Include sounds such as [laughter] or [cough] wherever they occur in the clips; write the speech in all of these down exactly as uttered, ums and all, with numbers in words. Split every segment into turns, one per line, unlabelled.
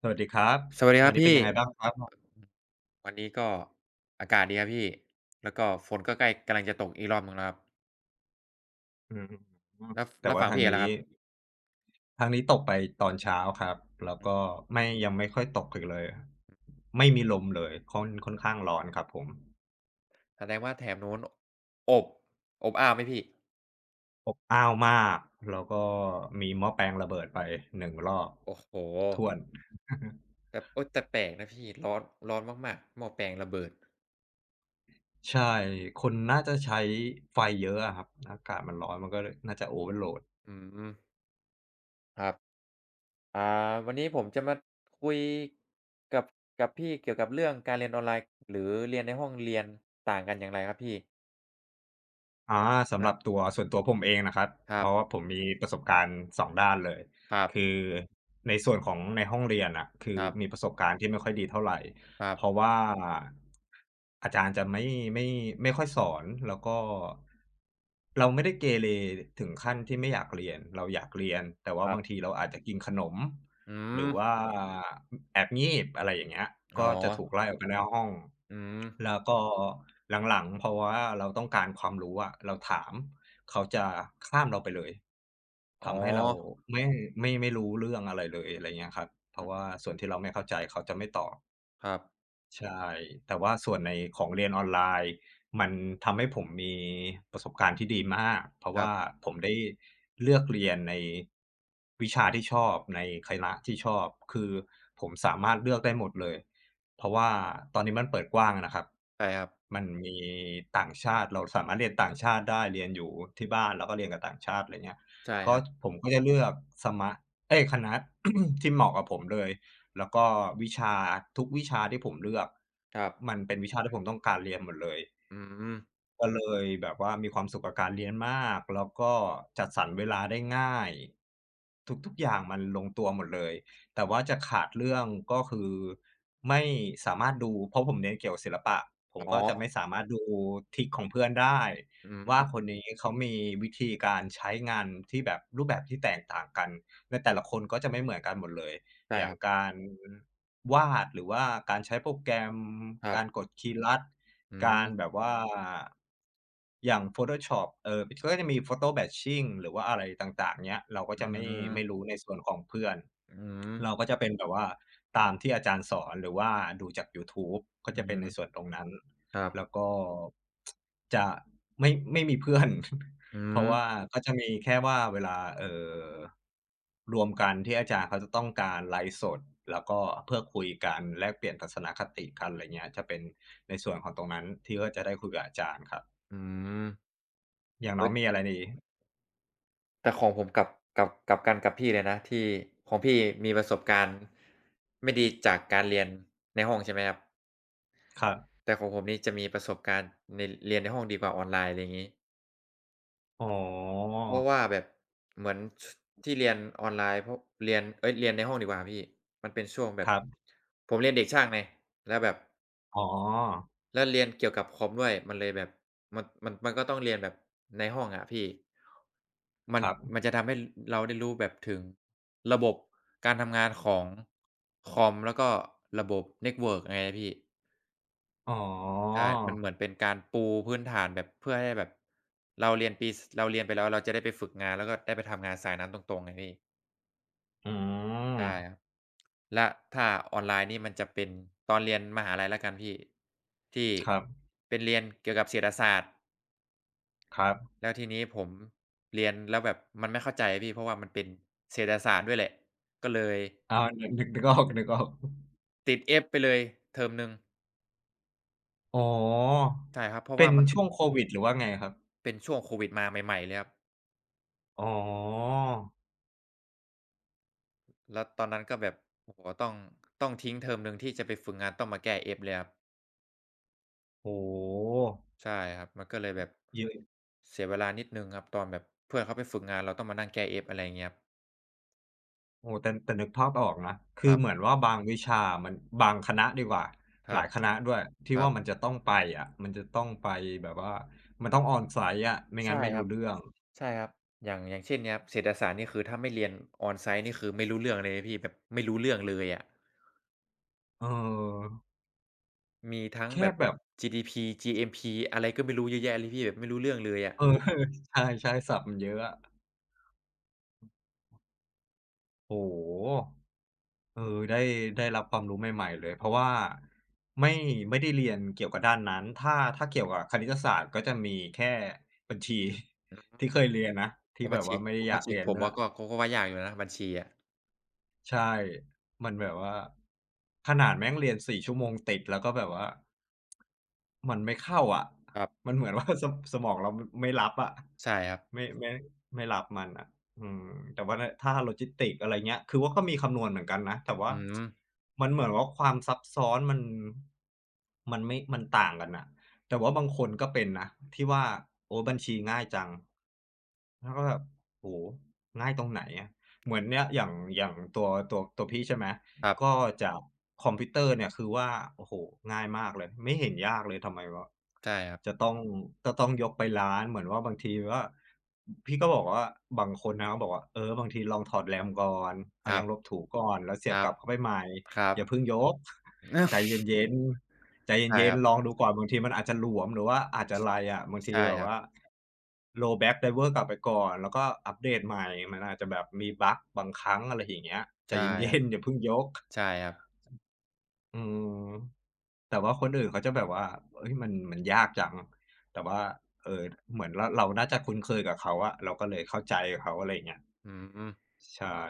สวัสดีครับ
สวัสดีค
วั
รั
น
บ
นี้เป็น
พี่
ยังไงบ้างครับ
วันนี้ก็อากาศดีครับพี่แล้วก็ฝนก็ใกล้กำลังจะตกอีกรอบหนึ่งแล้วครับ
อืม
แล้ว
แต่
แล้ว
ว่า
ฝั่ง
ทาง
พี่แล้ว
นี้
ครับ
ทางนี้ตกไปตอนเช้าครับแล้ว
อืม
ก็ไม่ยังไม่ค่อยตกอีกเลยไม่มีลมเลยค่อนค่อนข้างร้อนครับผม
แสดงว่าแถบนู้นอบอบอ้าวไหมพี่
อบอ้าวมากแล้วก็มีหม้อแปลงระเบิดไปหนึ่งรอบ
โอ้โห
ถ้วน
แต่โอ้ยแต่แปลกนะพี่ร้อนร้อนมากๆหม้อแปลงระเบิด
ใช่คนน่าจะใช้ไฟเยอะอะครับอากาศมันร้อนมันก็เลยน่าจะโอเวอร์โหลด
อืมครับอ่าวันนี้ผมจะมาคุยกับกับพี่เกี่ยวกับเรื่องการเรียนออนไลน์หรือเรียนในห้องเรียนต่างกันอย่างไรครับพี่
อาสำหรั
อา
บตัวส่วนตัวผมเองนะครับ
ค
เพ
รับ
ราะว่าผมมีประสบการณ์สองด้านเลย
ครับ
คือในส่วนของในห้องเรียนน่ะคื
ค
อ
รั
มีป
บ
ระสบการณ์ที่ไม่ค่อยดีเท่าไร
ครั
เพราะ
บ
ว่าอาจารย์จะไม่ไม่ไม่ค่อยสอนแล้วก็เราไม่ได้เกเรถึงขั้นที่ไม่อยากเรียนเราอยากเรียนแต่
ค
ว่า
รั
บางที
บ
เราอาจจะกินขนม
อื
หรือ
ม
ว่าแอบงีบอะไรอย่างเงี้ย
อ๋อ
ก็จะถูกไล่ออกไปหน้าห้อง
อืม
แล้วก็หลังๆเพราะว่าเราต้องการความรู้อะเราถามเขาจะข้ามเราไปเลย
อ๋อ
ทำให้เราไม่ไม่ไม่รู้เรื่องอะไรเลยอะไรเงี้ยครับเพ
อื
ราะ
ม
ว่าส่วนที่เราไม่เข้าใจเขาจะไม่ตอบ
ครับ
ใช่ แต่ว่าส่วนในของเรียนออนไลน์มันทำให้ผมมีประสบการณ์ที่ดีมาก เพราะ
ครั
ว่า
บ
ผมได้เลือกเรียนในวิชาที่ชอบในคณะที่ชอบ คือผมสามารถเลือกได้หมดเลย เพราะว่าตอนนี้มันเปิดกว้างอะนะครับ
ใช่ครับ
มันมีต่างชาติเราสามารถเรียนต่างชาติได้เรียนอยู่ที่บ้านแล้วก็เรียนกับต่างชาติอะไรเงี้ย
ใช่ค
ก็
รับ
ผมก็จะเลือกสมะเอ๊ยคณะ [coughs] ที่เหมาะกับผมเลย แล้วก็วิชาทุกวิชาที่ผมเลือก
ครับ
มันเป็นวิชาที่ผมต้องการเรียนหมดเลย
อืม
ก็เลยแบบว่ามีความสุขกับการเรียนมากแล้วก็จัดสรรเวลาได้ง่ายทุกๆอย่างมันลงตัวหมดเลยแต่ว่าจะขาดเรื่องก็คือไม่สามารถดูเพราะผมเรียนเกี่ยวศิลปะผม
อ๋
ก็จะไม่
อ
สามารถดูทริกของเพื่อนได้
อื
ว่า
ม
คนนี้เขามีวิธีการใช้งานที่แบบรูปแบบที่แตกต่างกันในแต่ละคนก็จะไม่เหมือนกันหมดเลย
ใช่
อ
ค
ย่าง
รับ
การวาดหรือว่าการใช้โปรแกรม
ครับ
การกดคีย์ลัด
อื
การแบ
ม
บว่าอย่าง Photoshop เอ่อมันก็จะมี Photo Batching หรือว่าอะไรต่างๆเงี้ยเราก็
อื
จะไม่ไม่
ม
รู้ในส่วนของเพื่อน
อืม
เราก็จะเป็นแบบว่าตามที่อาจารย์สอนหรือว่าดูจากยูทูบก็
อื
จะเป็นในส่ว
ม
นตรงนั้น
ครับ
แล้วก็จะไม่ไม่มีเพื่อน
อื
[laughs] เพราะ
ม
ว่าก็จะมีแค่ว่าเวลาเอ่อรวมกันที่อาจารย์เขาจะต้องการไลฟ์สดแล้วก็เพื่อคุยกันแลกเปลี่ยนทัศนคติกันอะไรเงี้ยจะเป็น ในส่วนของตรงนั้นที่ว่าจะได้คุยกับอาจารย์ครับ
อืม
อย่างน้
เฮ้
อ
ย
งมีอะไรดี
แต่ของผมกลับกลับกลับกันกับพี่เลยนะที่ของพี่มีประสบการณ์ไม่ดีจากการเรียนในห้องใช่ไหมครับ
ครับ
แต่ของผมนี่จะมีประสบการณ์ในเรียนในห้องดีกว่าออนไลน์อะไรอย่างงี้
อ๋อ
เพราะว่าแบบเหมือนชที่เรียนออนไลน์เพราะเรียนเอ๊ยเรียนในห้องดีกว่าพี่มันเป็นช่วงแบบ
ครับ
ผมเรียนเด็กช่างไงแล้วแบบ
อ๋อ
แล้วเรียนเกี่ยวกับคอมด้วยมันเลยแบบมันมันมันก็ต้องเรียนแบบในห้องอะพี่มัน
ครับ
มันจะทำให้รเราได้รู้แบบถึงระบบการทำงานของคอมแล้วก็ระบบเน็ตเวิร์กไงพี่
อ๋อ
ใช่มันเหมือนเป็นการปูพื้นฐานแบบเพื่อให้แบบเราเรียนปีสเราเรียนไปแล้วเราจะได้ไปฝึกงานแล้วก็ได้ไปทำงานสายนั้นตรงๆไงพี่
อืม
ได้ครับแล้วถ้าออนไลน์นี่มันจะเป็นตอนเรียนมหาลัยแล้วกันพี่ที่
ครับ
เป็นเรียนเกี่ยวกับเศรษฐศาสตร์
ครับ
แล้วทีนี้ผมเรียนแล้วแบบมันไม่เข้าใจอะพี่เพราะว่ามันเป็นเศรษฐศาสตร์ด้วยแหละก็เลย
อาวนึกนึกนึกออกนึกออก
ติด F ไปเลยเทอมหนึ่ง
อ๋อ
ใช่ครับเพราะ
เป็
ว่า
น
มัน
ช่วงโควิดหรือว่าไงครับ
เป็นช่วงโควิดมาใหม่ๆเลยครับ
อ๋อ
แล้วตอนนั้นก็แบบโอ้โฮต้องต้องทิ้งเทอมหนึ่งที่จะไปฝึกงานต้องมาแก้ F เลยครับ
โอ้โฮ
ใช่ครับมันก็เลยแบบ
เยอะ
เสียเวลานิดหนึ่งครับตอนแบบเพื่อนเขาไปฝึกงานเราต้องมานั่งแก้ F อะไรอย่างเงี้ยครับ
โอ้โฮแต่แต่นึกภาพออกนะ
ค
คือ
รั
เหมือ
บ
นว่าบางวิชามันบางคณะดีกว่า
ค
ห
รั
ลา
บ
ยคณะด้วย
ค
ที่
รับ
ว่ามันจะต้องไปอะมันจะต้องไปแบบว่ามันต้อง on-site อะไม่งั้น
ใช่
ไม่
ค
รู้
รับ
เรื่อง
ใช่ครับอย่างอย่างเช่นเนี่ยครับเศรษฐศาสตร์นี่คือถ้าไม่เรียน on-site นี่คือไม่รู้เรื่องเลยนะพี่แบบไม่รู้เรื่องเลยอะ
เออ
มีทั้งแบ
แค่
บ
แบบ
จี ดี พี จี เอ็ม พี อะไรก็ไม่รู้เยอะแยะเลยพี่แบบไม่รู้เรื่องเลยอะ
เออ [laughs] ใช่ๆศัพท์มันเยอะอะโอ้โฮเออได้ได้รับความรู้ใหม่ๆเลยเพราะว่าไม่ไม่ได้เรียนเกี่ยวกับด้านนั้นถ้าถ้าเกี่ยวกับคณิตศาสตร์ก็จะมีแค่บัญชี [laughs] ที่เคยเรียนนะ
ผ
ที่
ม
แบ
มา
บ
เช็
ว่า
ก
ไม่
ผ
ได้
ม
อ
มา
ยาก
เช็ก
เรียน
ผม
ด้วย
ว่าก็ก็ก็ว่ายากอยู่นะบัญชีอะ
ใช่มันแบบว่าขนาดแม่งเรียนสี่ชั่วโมงติดแล้วก็แบบว่ามันไม่เข้าอะ
ครับ
มันเหมือนว่า [laughs] สสมองเราไม่รับอะ
ใช่ครับ
ไม่ไม่ไม่รับมันอะอืมแต่ว่านถ้า Logistics อะไรเงี้ยคือว่าก็มีคำนวณเหมือนกันนะแต่ว่า
อืม
มันเหมือนว่าความซับซ้อนมันมันไม่มันต่างกันน่ะแต่ว่าบางคนก็เป็นนะที่ว่าโอ้บัญชีง่ายจังแล้วก็แบบโอ้โฮง่ายตรงไหนอะ เหมือนเนี่ยอย่างอย่างตัวตัวตัวพี่ใช่ไหม
ครับ
ก็จะคอมพิวเตอร์เนี่ยคือว่าโอ้โหง่ายมากเลยไม่เห็นยากเลยทำไมว่า
ใช่ครับ
จะต้องจะต้องยกไปร้านเหมือนว่าบางทีว่าพี่ก็บอกว่าบางคนนะเขาบอกว่าเออบางทีลองถอดแรมก่อน
ค
เอา
รั
ยา
บ
งลบถูก่อนแล้วเสี
ค
ยบ
รั
ก
บ
ลับเข้าไปใหม่
ครับ
อย่าเพิ่งยก [laughs] ใจ
[laughs]
เย็นๆ ใจ
ใช่
เย็
ค
น
รับ
ๆลองดูก่อนบางทีมันอาจจะหลวมหรือว่าอาจจะอะไรอะบางที
ใช่
แบ
ค
บ
รับ
ว่า roll back driver กลับไปก่อนแล้วก็อัปเดตใหม่มันอาจจะแบบมีบักบางครั้งอะไรอย่างเงี้ยใจ
ใช่ค
เย็
รับ
นๆอย่าเพิ่งยก
ใช่ครับ
อืมแต่ว่าคนอื่นเขาจะแบบว่าเฮ้ยมันมันยากจังแต่ว่าเอ่อเหมือนเราเราน่าจะคุ้นเคยกับเขาอะเราก็เลยเข้าใจเขาอะไรอย่างเงี้ย
อืม
ใช่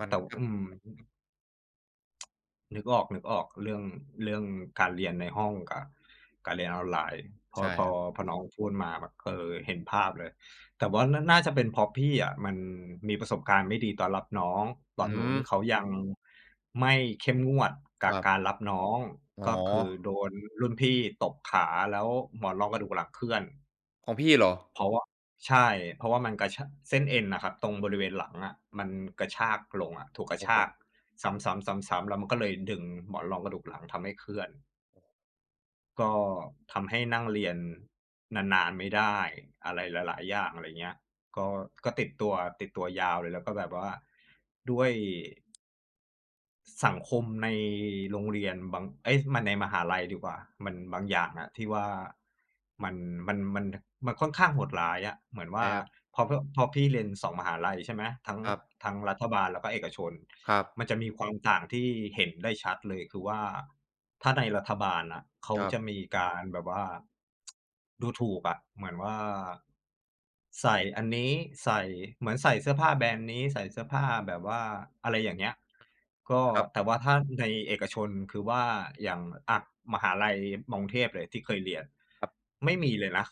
มัน
แต่
ก็
อืม นึกออกนึกออกเรื่องเรื่องการเรียนในห้องกับการเรียนออนไลน์พอ
ใช่
พ
ค
อ
รับ
พอน้องพูดมาแบบเออเห็นภาพเลยแต่ว่าน่าน่าจะเป็นเพราะพี่อะมันมีประสบการณ์ไม่ดีตอนรับน้องตอ
อื
นนู้น
ม
เขายังไม่เข้มงวด
ค
กับ
รับ
การรับน้อง
อ๋อ
ก็คือโดนรุ่นพี่ตบขาแล้วหมอนรองกระดูกหลังเคลื่อน
ของพี่เหรอ
เพราะว่าใช่เพราะว่ามันกระชะเส้นเอ็นน่ะครับตรงบริเวณหลังอะมันกระชากลงอะถูกกระ
โอ้โฮ
ชากซ้ำๆๆๆแล้วมันก็เลยดึงหมอนรองกระดูกหลังทำให้เคลื่อนก็ทำให้นั่งเรียนนานๆไม่ได้อะไรหลายๆอย่างอะไรเงี้ยก็ก็ติดตัวติดตัวยาวเลยแล้วก็แบบว่าด้วย สังคมในโรงเรียนบางเอ๊ยมันในมหาลัยดีกว่า มันบางอย่างอะที่ว่ามันมันมันมันค่อนข้างโหดร้ายอะเหมือน
ใช่
ว่า
ครับ
พอพพอพี่เรียนสองมหาลัยใช่ไหมทั้ง
ครับ
ทั้งรัฐบาลแล้วก็เอกชน มันจะมีความต่างที่เห็นได้ชัดเลยคือว่าถ้าในรัฐบาลน่ะเขา
ครับ
จะมีการแบบว่าดูถูกอะเหมือนว่า ใส่อันนี้ใส่เหมือนใส่เสื้อผ้าแบรนด์นี้ใส่เสื้อผ้าแบบว่าอะไรอย่างเงี้ยก็
ครั
แต่
บ
ว่าถ้าในเอกชนคือว่าอย่างอะมหาลัยมอกรุงเทพเลยที่เคยเรียน
ครับครับ
ไม่มีเลยนะ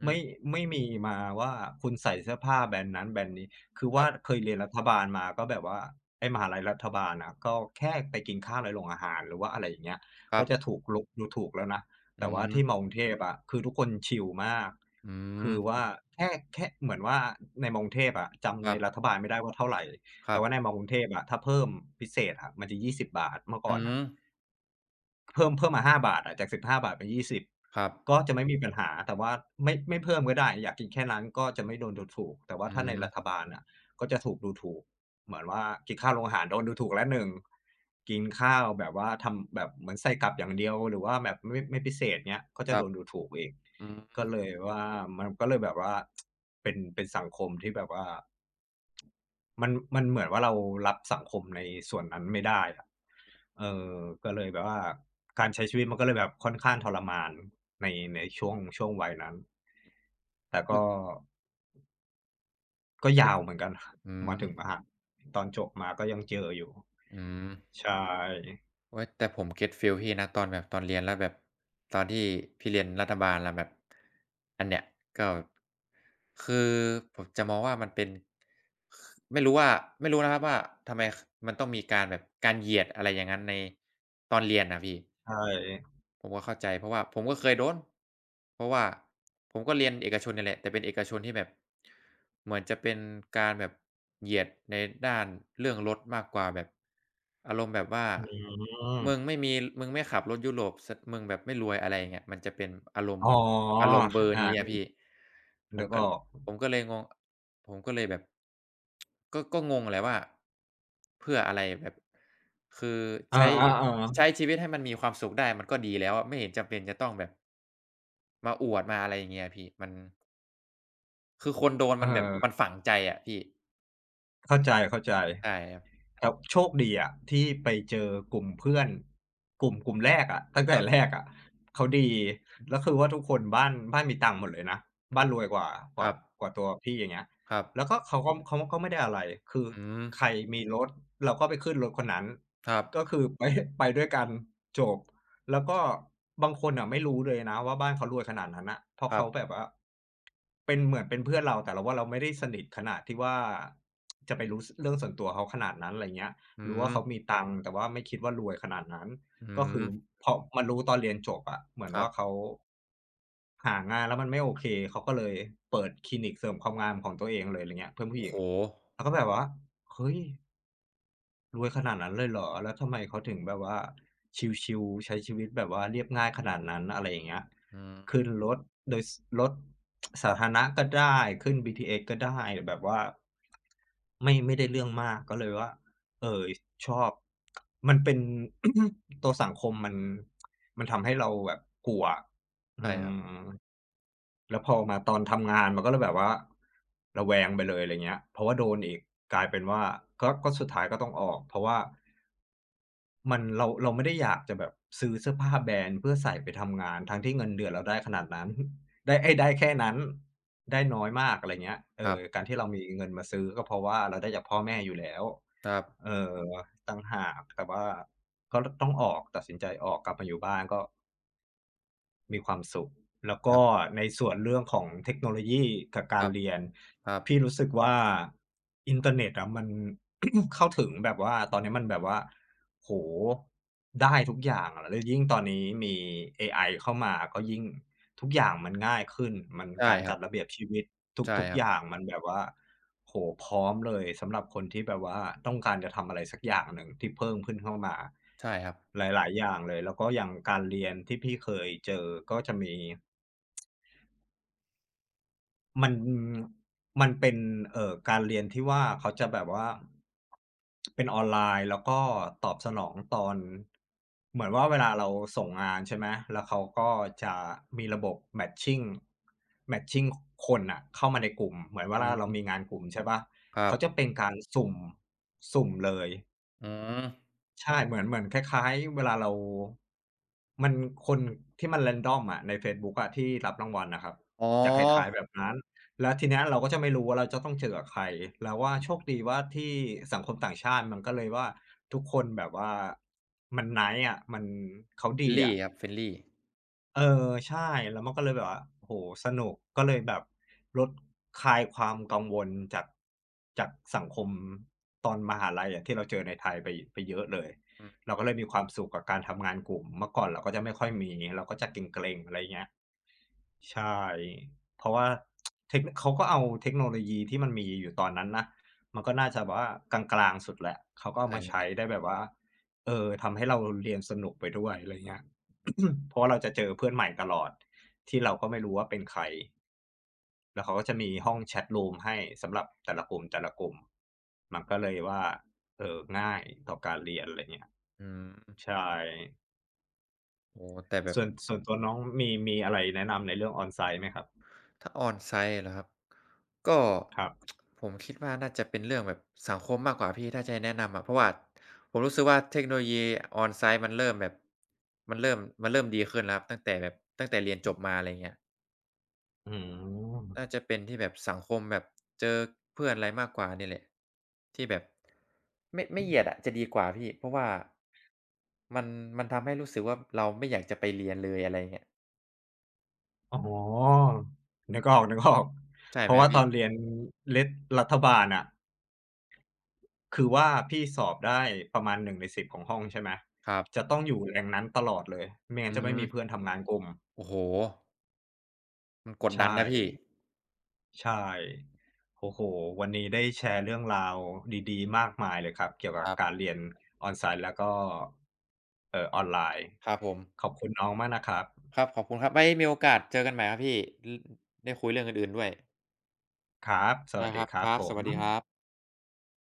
อืม
ไม่ไม่มีมาว่าคุณใส่เสื้อผ้าแบรนด์นั้นแบรนด์นี้คือ
ค
ว่า
รับ
เคยเรียนรัฐบาลมาก็แบบว่าไอ้มหาลัยรัฐบาลอะก็แค่ไปกินข้าวในโรงอาหารหรือว่าอะไรอย่างเงี้ย
ครั
ก็
บ
จะถูกลบดูถูกแล้วนะ
อื
แต่
อ
ว่า
ฮึ
ที่มอกรุงเทพอะคือทุกคนชิลมาก
อืม
คือว่าแค่แค่เหมือนว่าในมากรุงเทพอะ
ค
จำใน
รับ
รัฐบาลไม่ได้ว่าเท่าไร
ครั
แต่ว่าใน
บ
มอกรุงเทพอะถ้าเพิ่มพิเศษอะมันจะยี่ส0บบาทเมื่อก่
อื
อ
อ
นอะ
ฮึ
เพิ่มเพิ่มมาห้าบาทอะจากสิบห้าบาทเป็นยี่สิบ
ครับ
ก็จะไม่มีปัญหาแต่ว่าไม่ไม่เพิ่มก็ได้อยากกินแค่นั้นก็จะไม่โดนดูถูกแต่ว่า
อื
ถ้าในรัฐ
ม
บาลน่ะก็จะถูกดูถูกเหมือนว่ากินข้าวโรงอาหารโดนดูถูกแล้วหนึ่งกินข้าวแบบว่าทำแบบเหมือนใส่กลับอย่างเดียวหรือว่าแบบไม่ไม่พิเศษเงี้ยก็
ค
จะ
รั
โด
บ
นดูถูกอีก
อืม
ก็เลยว่ามันก็เลยแบบว่าเป็นเป็นสังคมที่แบบว่า มันมันเหมือนว่าเรารับสังคมในส่วนนั้นไม่ได้อะเออก็เลยแบบว่าการใช้ชีวิตมันก็เลยแบบค่อนข้างทรมานในในช่วงช่วงวัยนั้น แต่ก็
อ
ก็
เอะ
ยาวเหมือนกัน
อืม
มาถึงมหาตอนจบมาก็ยังเจออยู่
อืม
ใช่
โอ๊ยแต่ผมเก็ตฟีลพี่นะตอนแบบตอนเรียนแล้วแบบตอนที่พี่เรียนรัฐบาลแล้วแบบอันเนี้ยก็คือผมจะมองว่ามันเป็นไม่รู้ว่าไม่รู้นะครับว่าทำไมคมันต้องมีการแบบการเหยียดอะไรอย่างงั้นในตอนเรียนน่ะพี่
ใช่
ผมก็เข้าใจเพราะว่าผมก็เคยโดนเพราะว่าผมก็เรียนเอกชนเนี่ยแหละแต่เป็นเอกชนที่แบบเหมือนจะเป็นการแบบเหยียดในด้านเรื่องรถมากกว่าแบบอารมณ์แบบว่า
อืม
มึงไม่มีมึงไม่ขับรถยุโรปสมึงแบบไม่รวยอะไรอย่างเงี้ยมันจะเป็นอารมณ์
อ๋อ
อารม
อ
ณ์เบอร์นี้อะ
า
พี่ผม
นึก
ก็
ออก
ผมก็เลยงง ผมก็เลยแบบก็ก็งงแหละว่าเพื่ออะไรแบบคือ
เออ
ใช้ใช้ชี
ๆ
วิตให้มันมีความสุขได้มันก็ดีแล้วอะไม่เห็นจำเป็นจะต้องแบบมาอวดมาอะไรอย่างเงี้ยพี่มันคือคนโดน
ๆเอ
มันแบบ
อ
มันฝังใจอะพี่
เข้าใจเข้าใจ
ใช่ครับ
แต่โชคดีอะที่ไปเจอกลุ่มเพื่อนกลุ่มกลุ่มแรกอะตั้ง
ค
แต่
รับ
แรกอะเขาดี
อือ
แล้ว
ฮ
คือว่าทุกคนบ้านบ้านมีตังค์หมดเลยนะ
ึ
บ้านรวยกว่าก
ค
ว่า
รับ
กว่าตัวพี่อย่างเงี้ย
ครับ
แล้วก็เขาก็เขาก็ไม่ได้อะไรคือ
อืม
ใครมีรถเราก็ไปขึ้นรถคนนั้น
ครับ
ก็คือไปไปด้วยกันจบ แล้วก็บางคนน่ะไม่รู้เลยนะว่าบ้านเขารวยขนาดนั้นน่ะเพ
ค
ราะ
รับ
เขาแบบว่าเป็นเหมือนเป็นเพื่อนเราแต่เราว่าเราไม่ได้สนิทขนาดที่ว่าจะไปรู้สเรื่องส่วนตัวเขาขนาดนั้นไรเงี้ย
อื
รู้
ม
ว่าเขามีตังค์แต่ว่าไม่คิดว่ารวยขนาดนั้น
อื
ก็คื
ม
อพอมารู้ตอนเรียนจบอะเหมือน
ครั
ว่า
บ
เขาหางานแล้วมันไม่โอเคเขาก็เลยเปิดคลินิกเสริมความงามของตัวเองเลยไรเงี้ยเพื่อนผู้
โอ้
หญิ
โฮ
งเราก็แบบว่าเฮ้ย รวยขนาดนั้นเลยเหรอ แล้วทำไมเขาถึงแบบว่าชิลๆใช้ชีวิตแบบว่าเรียบง่ายขนาดนั้นอะไรอย่างเงี้ย
อื
ขึ้
ม
นรถโดยสรถสาธารณะก็ได้ขึ้นบีทีเอสก็ได้แบบว่าไม่ไม่ได้เรื่องมากก็เลยว่าเอ่อชอบมันเป็น [coughs] ตัวสังคมมันมันทำให้เราแบบกลัว
ใช่
อื
ครับ
ม แล้วพอมาตอนทำงานมันก็เลยแบบว่าระแวงไปเลยอะไรเงี้ยเพราะว่าโดนอีกกลายเป็นว่าก็ก็สุดท้ายก็ต้องออกเพราะว่ามันเราเราไม่ได้อยากจะแบบซื้อเสื้อผ้าแบรนด์เพื่อใส่ไปทำงานทั้งที่เงินเดือนเราได้ขนาดนั้น [laughs] ได้เอ๊ยได้แค่นั้นได้น้อยมากอะไรเงี้ยเอ
ครั
อ
บ
การที่เรามีเงินมาซื้อก็เพราะว่าเราได้จากพ่อแม่อยู่แล้ว
ครับ
เออต่างหากแต่ว่าก็ต้องออกตัดสินใจออกกลับมาอยู่บ้านก็ มีความสุขแล้ว
ครั
ก็
บ
ในส่วนเรื่องของเทคโนโลยีกับ
ค
การ
รับ
เรียน
ครับ
พี่รู้สึกว่าอินเทอร์เน็ตอะมัน [coughs] เข้าถึงแบบว่าตอนนี้มันแบบว่าโอ้โฮได้ทุกอย่างอะแล้วยิ่งตอนนี้มีเอไอเข้ามาก็ยิ่ง ทุกอย่างมันง่ายขึ้น มัน
ใช่
การ
ครับ
จัดระเบียบชีวิต
ใช่
ทุก
ค
ๆ
รั
อ
บ
ย่างมันแบบว่าโอ้โฮพร้อมเลยสำหรับคนที่แบบว่าต้องการจะทำอะไรสักอย่างหนึ่งที่เพิ่มขึ้นเข้ามา
ใช่ครับ
หลายๆอย่างเลยแล้วก็อย่างการเรียนที่พี่เคยเจอก็จะมี มันมันเป็นเอ่อการเรียนที่ว่าเขาจะแบบว่าเป็นออนไลน์แล้วก็ตอบสนองตอนเหมือนว่าเวลาเราส่งงานใช่ไหมแล้วเขาก็จะมีระบบ matching matching คนน่ะเข้ามาในกลุ่มเหมือนเว
อื
ลาเรามี
ม
งานกลุ่มใช่เปล่า
ครับ
เขาจะเป็นการสุ่มสุ่มเลย
อืม
ใช่เหมือนเหมือนคล้ายๆเวลาเรามันคนที่มัน random อะในเฟซบุ๊กอะที่รับรางวัลน่ะครับ
อ๋อ
จะคล้ายๆแบบนั้นแล้วทีเนี้ยเราก็จะไม่รู้ว่าเราจะต้องเจอกับใครเราว่าโชคดีว่าที่สังคมต่างชาติมันก็เลยว่าทุกคนแบบว่ามัน nice อะมันเขาดี
friendly
อะ
ครับ friendly
เออใช่แล้วมันก็เลยแบบว่าโอ้โฮสนุกก็เลยแบบลดคลายความกังวลจากจากสังคมตอนมหาลัยอะที่เราเจอในไทยไปไปเยอะเลย
อืม
เราก็เลยมีความสุขกับการทำงานกลุ่มเมื่อก่อนเราก็จะไม่ค่อยมีเราก็จะเกร็งๆอะไรเงี้ย ใช่เพราะว่าเทคเขาก็เอาเทคโนโลยีที่มันมีอยู่ตอนนั้นนะมันก็น่าจะแบบว่ากลางๆสุดแหละเขาก็เอา
ใช่
มา
ครั
ใช้
บ
ได้แบบว่าเออทำให้เราเรียนสนุกไปด้วยอะไรเงี้ย [coughs] เพราะว่าเราจะเจอเพื่อนใหม่ตลอดที่เราก็ไม่รู้ว่าเป็นใครแล้วเขาก็จะมีห้องแชตรูมให้สำหรับแต่ละกลุ่มแต่ละกลุ่มมันก็เลยว่าเอ่อง่ายต่อการเรียนอะไรเงี้ย
อืม
ใช่
โอ้โฮแต่แบบ
ส่วนส่วนตัวน้องมีมีอะไรแนะนำในเรื่อง On-site ไหมครับ
ถ้า on-site เหรอครับ ก็
ครับ
ผมคิดว่าน่าจะเป็นเรื่องแบบสังคมมากกว่าพี่ถ้าจะให้แนะนำอะเพราะว่าผมรู้สึกว่าเทคโนโลยี on-site มันเริ่มแบบมันเริ่มมันเริ่มดีขึ้นแล้วครับตั้งแต่แบบตั้งแต่เรียนจบมาอะไรเงี้ย
อืม
น่าจะเป็นที่แบบสังคมแบบเจอเพื่อนอะไรมากกว่านี่แหละที่แบบไม่ไม่เหยียดอะจะดีกว่าพี่เพราะว่ามันมันทำให้รู้สึกว่าเราไม่อยากจะไปเรียนเลยอะไรเงี้ย
อ๋อนึกออกนึกออก
ใช่
เพ
ไหม
ราะ
ครั
ว่า
บ
ต
พี่
อนเรียนเทธิดรัฐบาลอะคือว่าพี่สอบได้ประมาณหนึ่งในสิบของห้องใช่ไหม
ครับ
จะต้องอยู่แรงนั้นตลอดเลยไม่งั้
อื
นจะไม่มีเพื่อ
ม
นทำงานกลุ่ม
โอ้โฮมันกด
ใช
ดัน
่
นะพี่
ใช่โอ้โฮวันนี้ได้แชร์เรื่องราวดีๆมากมายเลยครับ เกี่ยว
ค
กับ
รับ
การเรียน on-site แล้วก็เอ่อออนไลน์
ครับผม
ขอบคุณน้องมากนะครับ
ครับขอบคุณครับไว้มีโอกาสเจอกันใหม่ครับพี่ลได้คุยเรื่องอื่นๆด้วย
ครับ ส
ได้
วัส
ค
ดี
รับ
ค
ค
รับ
รับ
ผ
ส
ม
วัสดีครับ